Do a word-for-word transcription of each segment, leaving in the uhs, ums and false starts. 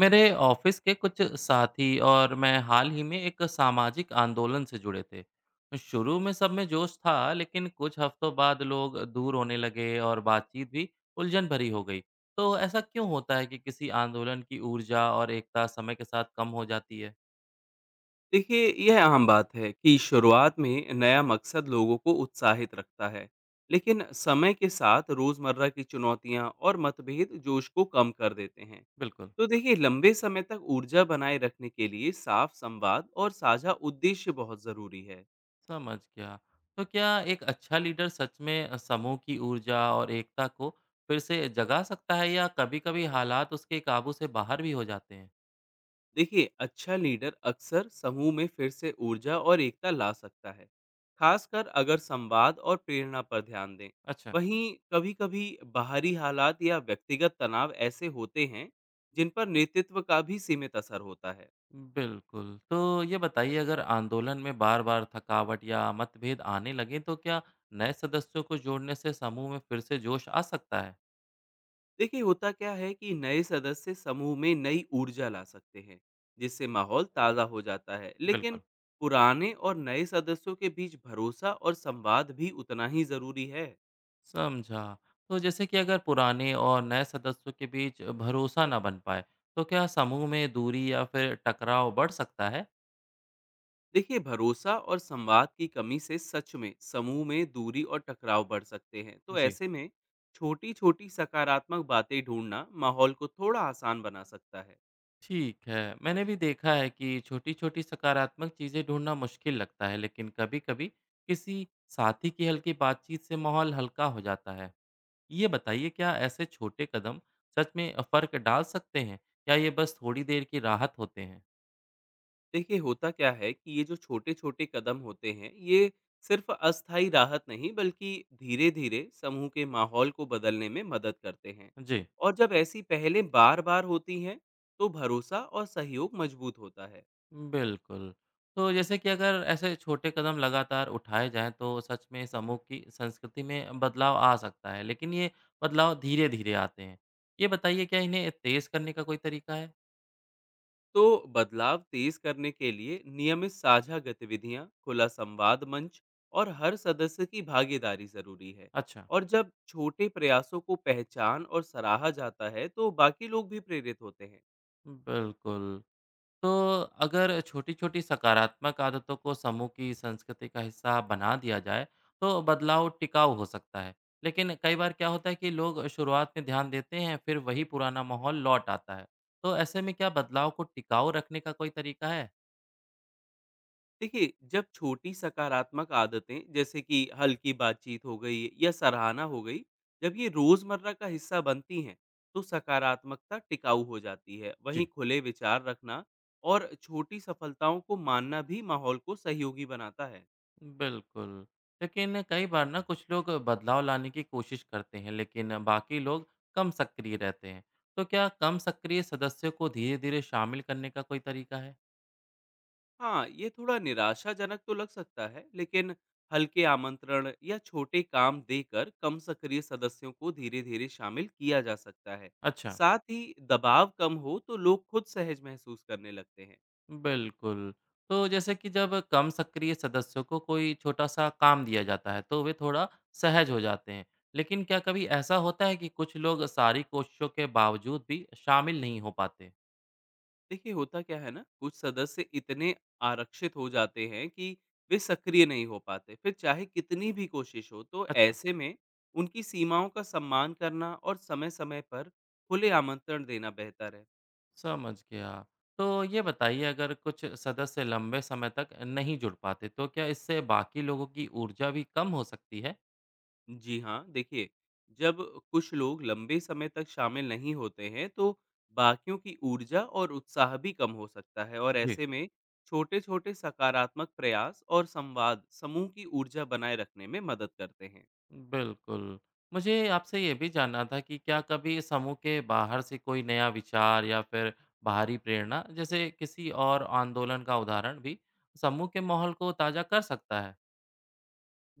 मेरे ऑफिस के कुछ साथी और मैं हाल ही में एक सामाजिक आंदोलन से जुड़े थे। शुरू में सब में जोश था, लेकिन कुछ हफ्तों बाद लोग दूर होने लगे और बातचीत भी उलझन भरी हो गई। तो ऐसा क्यों होता है कि किसी आंदोलन की ऊर्जा और एकता समय के साथ कम हो जाती है? देखिए यह आम बात है कि शुरुआत में नया मकसद लोगों को उत्साहित रखता है। लेकिन समय के साथ रोजमर्रा की चुनौतियां और मतभेद जोश को कम कर देते हैं। बिल्कुल। तो देखिए, लंबे समय तक ऊर्जा बनाए रखने के लिए साफ संवाद और साझा उद्देश्य बहुत जरूरी है। समझ गया। तो क्या एक अच्छा लीडर सच में समूह की ऊर्जा और एकता को फिर से जगा सकता है, या कभी-कभी हालात उसके काबू से बाहर भी हो जाते हैं? देखिए, अच्छा लीडर अक्सर समूह में फिर से ऊर्जा और एकता ला सकता है, खासकर अगर संवाद और प्रेरणा पर ध्यान दें। अच्छा। वहीं कभी-कभी बाहरी हालात या व्यक्तिगत तनाव ऐसे होते हैं जिन पर नेतृत्व का भी सीमित असर होता है। बिल्कुल। तो ये बताइए, अगर आंदोलन में बार-बार थकावट या मतभेद आने लगें तो क्या नए सदस्यों को जोड़ने से समूह में फिर से जोश आ सकता है? देखिए, होता क्या है कि नए सदस्य समूह में नई ऊर्जा ला सकते हैं, जिससे माहौल ताज़ा हो जाता है। लेकिन बिल्कुल। पुराने और नए सदस्यों के बीच भरोसा और संवाद भी उतना ही ज़रूरी है। समझा। तो जैसे कि अगर पुराने और नए सदस्यों के बीच भरोसा ना बन पाए, तो क्या समूह में दूरी या फिर टकराव बढ़ सकता है? देखिए, भरोसा और संवाद की कमी से सच में समूह में दूरी और टकराव बढ़ सकते हैं। तो जी। ऐसे में छोटी छोटी सकारात्मक बातें ढूंढना माहौल को थोड़ा आसान बना सकता है। ठीक है। मैंने भी देखा है कि छोटी-छोटी सकारात्मक चीज़ें ढूँढना मुश्किल लगता है, लेकिन कभी-कभी किसी साथी की हल्की बातचीत से माहौल हल्का हो जाता है। ये बताइए, क्या ऐसे छोटे कदम सच में फर्क डाल सकते हैं? या ये बस थोड़ी देर की राहत होते हैं? देखिए, होता क्या है कि ये जो छोटे छोटे कदम होते हैं, ये सिर्फ अस्थायी राहत नहीं, बल्कि धीरे धीरे समूह के माहौल को बदलने में मदद करते हैं। जी, और जब ऐसी पहलें बार बार होती हैं, तो भरोसा और सहयोग मजबूत होता है। बिल्कुल। तो जैसे कि अगर ऐसे छोटे कदम लगातार उठाए जाएँ तो सच में समूह की संस्कृति में बदलाव आ सकता है, लेकिन ये बदलाव धीरे-धीरे आते हैं। ये बताइए, क्या इन्हें तेज़ करने का कोई तरीका है? तो बदलाव तेज करने के लिए नियमित साझा गतिविधियां, खुला संवाद मंच और हर सदस्य की भागीदारी जरूरी है। अच्छा। और जब छोटे प्रयासों को पहचान और सराहा जाता है, तो बाकी लोग भी प्रेरित होते हैं। बिल्कुल। तो अगर छोटी-छोटी सकारात्मक आदतों को समूह की संस्कृति का हिस्सा बना दिया जाए, तो बदलाव टिकाऊ हो सकता है। लेकिन कई बार क्या होता है कि लोग शुरुआत में ध्यान देते हैं, फिर वही पुराना माहौल लौट आता है। तो ऐसे में क्या बदलाव को टिकाऊ रखने का कोई तरीका है? देखिए, जब छोटी सकारात्मक आदतें, जैसे कि हल्की बातचीत हो गई या सराहना हो गई, जब ये रोजमर्रा का हिस्सा बनती हैं, तो सकारात्मकता टिकाऊ हो जाती है। वहीं जी। खुले विचार रखना और छोटी सफलताओं को मानना भी माहौल को सहयोगी बनाता है। बिल्कुल। लेकिन कई बार ना कुछ लोग बदलाव लाने की कोशिश करते हैं, लेकिन बाकी लोग कम सक्रिय रहते हैं। तो क्या कम सक्रिय सदस्यों को धीरे-धीरे शामिल करने का कोई तरीका है? हाँ, ये थोड़ा निराशाजनक तो लग सकता है, लेकिन हल्के आमंत्रण या छोटे काम देकर कम सक्रिय सदस्यों को धीरे-धीरे शामिल किया जा सकता है। अच्छा। साथ ही दबाव कम हो तो लोग खुद सहज महसूस करने लगते हैं। बिल्कुल। तो जैसे कि जब कम सक्रिय सदस्यों को कोई छोटा-सा काम दिया जाता है, तो वे थोड़ा सहज हो जाते हैं। लेकिन क्या कभी ऐसा होता है कि कुछ लोग सारी कोशिशों के बावजूद भी शामिल नहीं हो पाते? देखिए, होता क्या है ना, कुछ सदस्य इतने आरक्षित हो जाते हैं कि वे सक्रिय नहीं हो पाते, फिर चाहे कितनी भी कोशिश हो। तो अच्छा। ऐसे में उनकी सीमाओं का सम्मान करना और समय-समय पर खुले आमंत्रण देना बेहतर है। समझ गया। तो ये बताइए, अगर कुछ सदस्य लंबे समय तक नहीं जुड़ पाते, तो क्या इससे बाकी लोगों की ऊर्जा भी कम हो सकती है? जी हाँ, देखिए, जब कुछ लोग लंबे समय तक शामिल नहीं होते हैं, तो बाकियों की ऊर्जा और उत्साह भी कम हो सकता है। और जी। ऐसे में छोटे-छोटे सकारात्मक प्रयास और संवाद समूह की ऊर्जा बनाए रखने में मदद करते हैं। बिल्कुल। मुझे आपसे ये भी जानना था कि क्या कभी समूह के बाहर से कोई नया विचार या फिर बाहरी प्रेरणा, जैसे किसी और आंदोलन का उदाहरण, भी समूह के माहौल को ताज़ा कर सकता है?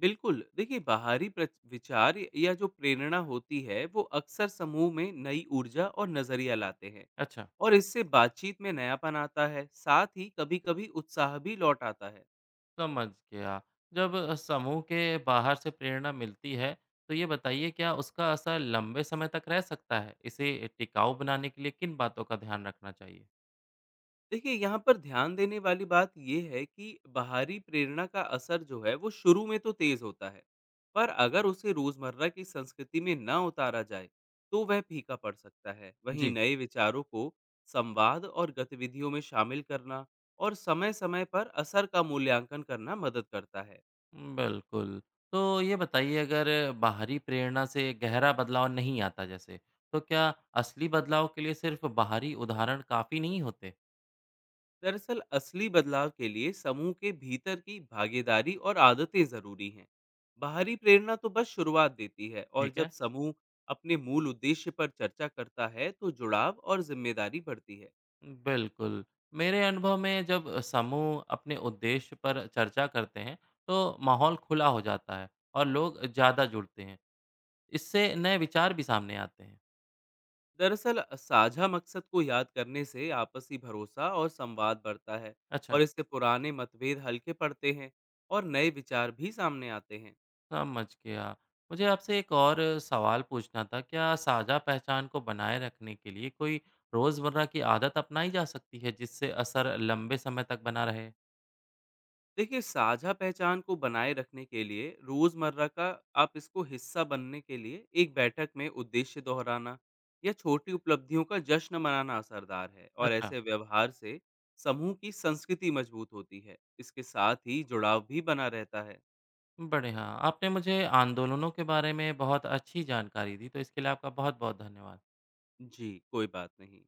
बिल्कुल, देखिए, बाहरी प्रच विचार या जो प्रेरणा होती है, वो अक्सर समूह में नई ऊर्जा और नज़रिया लाते हैं। अच्छा। और इससे बातचीत में नयापन आता है, साथ ही कभी-कभी उत्साह भी लौट आता है। समझ गया। जब समूह के बाहर से प्रेरणा मिलती है, तो ये बताइए क्या उसका असर लंबे समय तक रह सकता है? इसे टिकाऊ बनाने के लिए किन बातों का ध्यान रखना चाहिए? देखिए, यहाँ पर ध्यान देने वाली बात ये है कि बाहरी प्रेरणा का असर जो है वो शुरू में तो तेज होता है, पर अगर उसे रोजमर्रा की संस्कृति में ना उतारा जाए तो वह फीका पड़ सकता है। वहीं जी। नए विचारों को संवाद और गतिविधियों में शामिल करना और समय समय पर असर का मूल्यांकन करना मदद करता है। बिल्कुल। तो ये बताइए, अगर बाहरी प्रेरणा से गहरा बदलाव नहीं आता जैसे, तो क्या असली बदलाव के लिए सिर्फ़ बाहरी उदाहरण काफ़ी नहीं होते? दरअसल असली बदलाव के लिए समूह के भीतर की भागीदारी और आदतें जरूरी हैं। बाहरी प्रेरणा तो बस शुरुआत देती है। और ठीक जब है। समूह अपने मूल उद्देश्य पर चर्चा करता है, तो जुड़ाव और जिम्मेदारी बढ़ती है। बिल्कुल। मेरे अनुभव में जब समूह अपने उद्देश्य पर चर्चा करते हैं, तो माहौल खुला हो जाता है और लोग ज़्यादा जुड़ते हैं। इससे नए विचार भी सामने आते हैं। दरअसल साझा मकसद को याद करने से आपसी भरोसा और संवाद बढ़ता है। अच्छा। और इससे पुराने मतभेद हल्के पड़ते हैं और नए विचार भी सामने आते हैं। समझ गया। मुझे आपसे एक और सवाल पूछना था, क्या साझा पहचान को बनाए रखने के लिए कोई रोज़मर्रा की आदत अपनाई जा सकती है, जिससे असर लंबे समय तक बना रहे? देखिए, साझा पहचान को बनाए रखने के लिए रोजमर्रा का आप इसको हिस्सा बनने के लिए एक बैठक में उद्देश्य दोहराना या छोटी उपलब्धियों का जश्न मनाना असरदार है। और अच्छा, ऐसे व्यवहार से समूह की संस्कृति मजबूत होती है। इसके साथ ही जुड़ाव भी बना रहता है। बढ़िया। आपने मुझे आंदोलनों के बारे में बहुत अच्छी जानकारी दी, तो इसके लिए आपका बहुत-बहुत धन्यवाद। जी, कोई बात नहीं।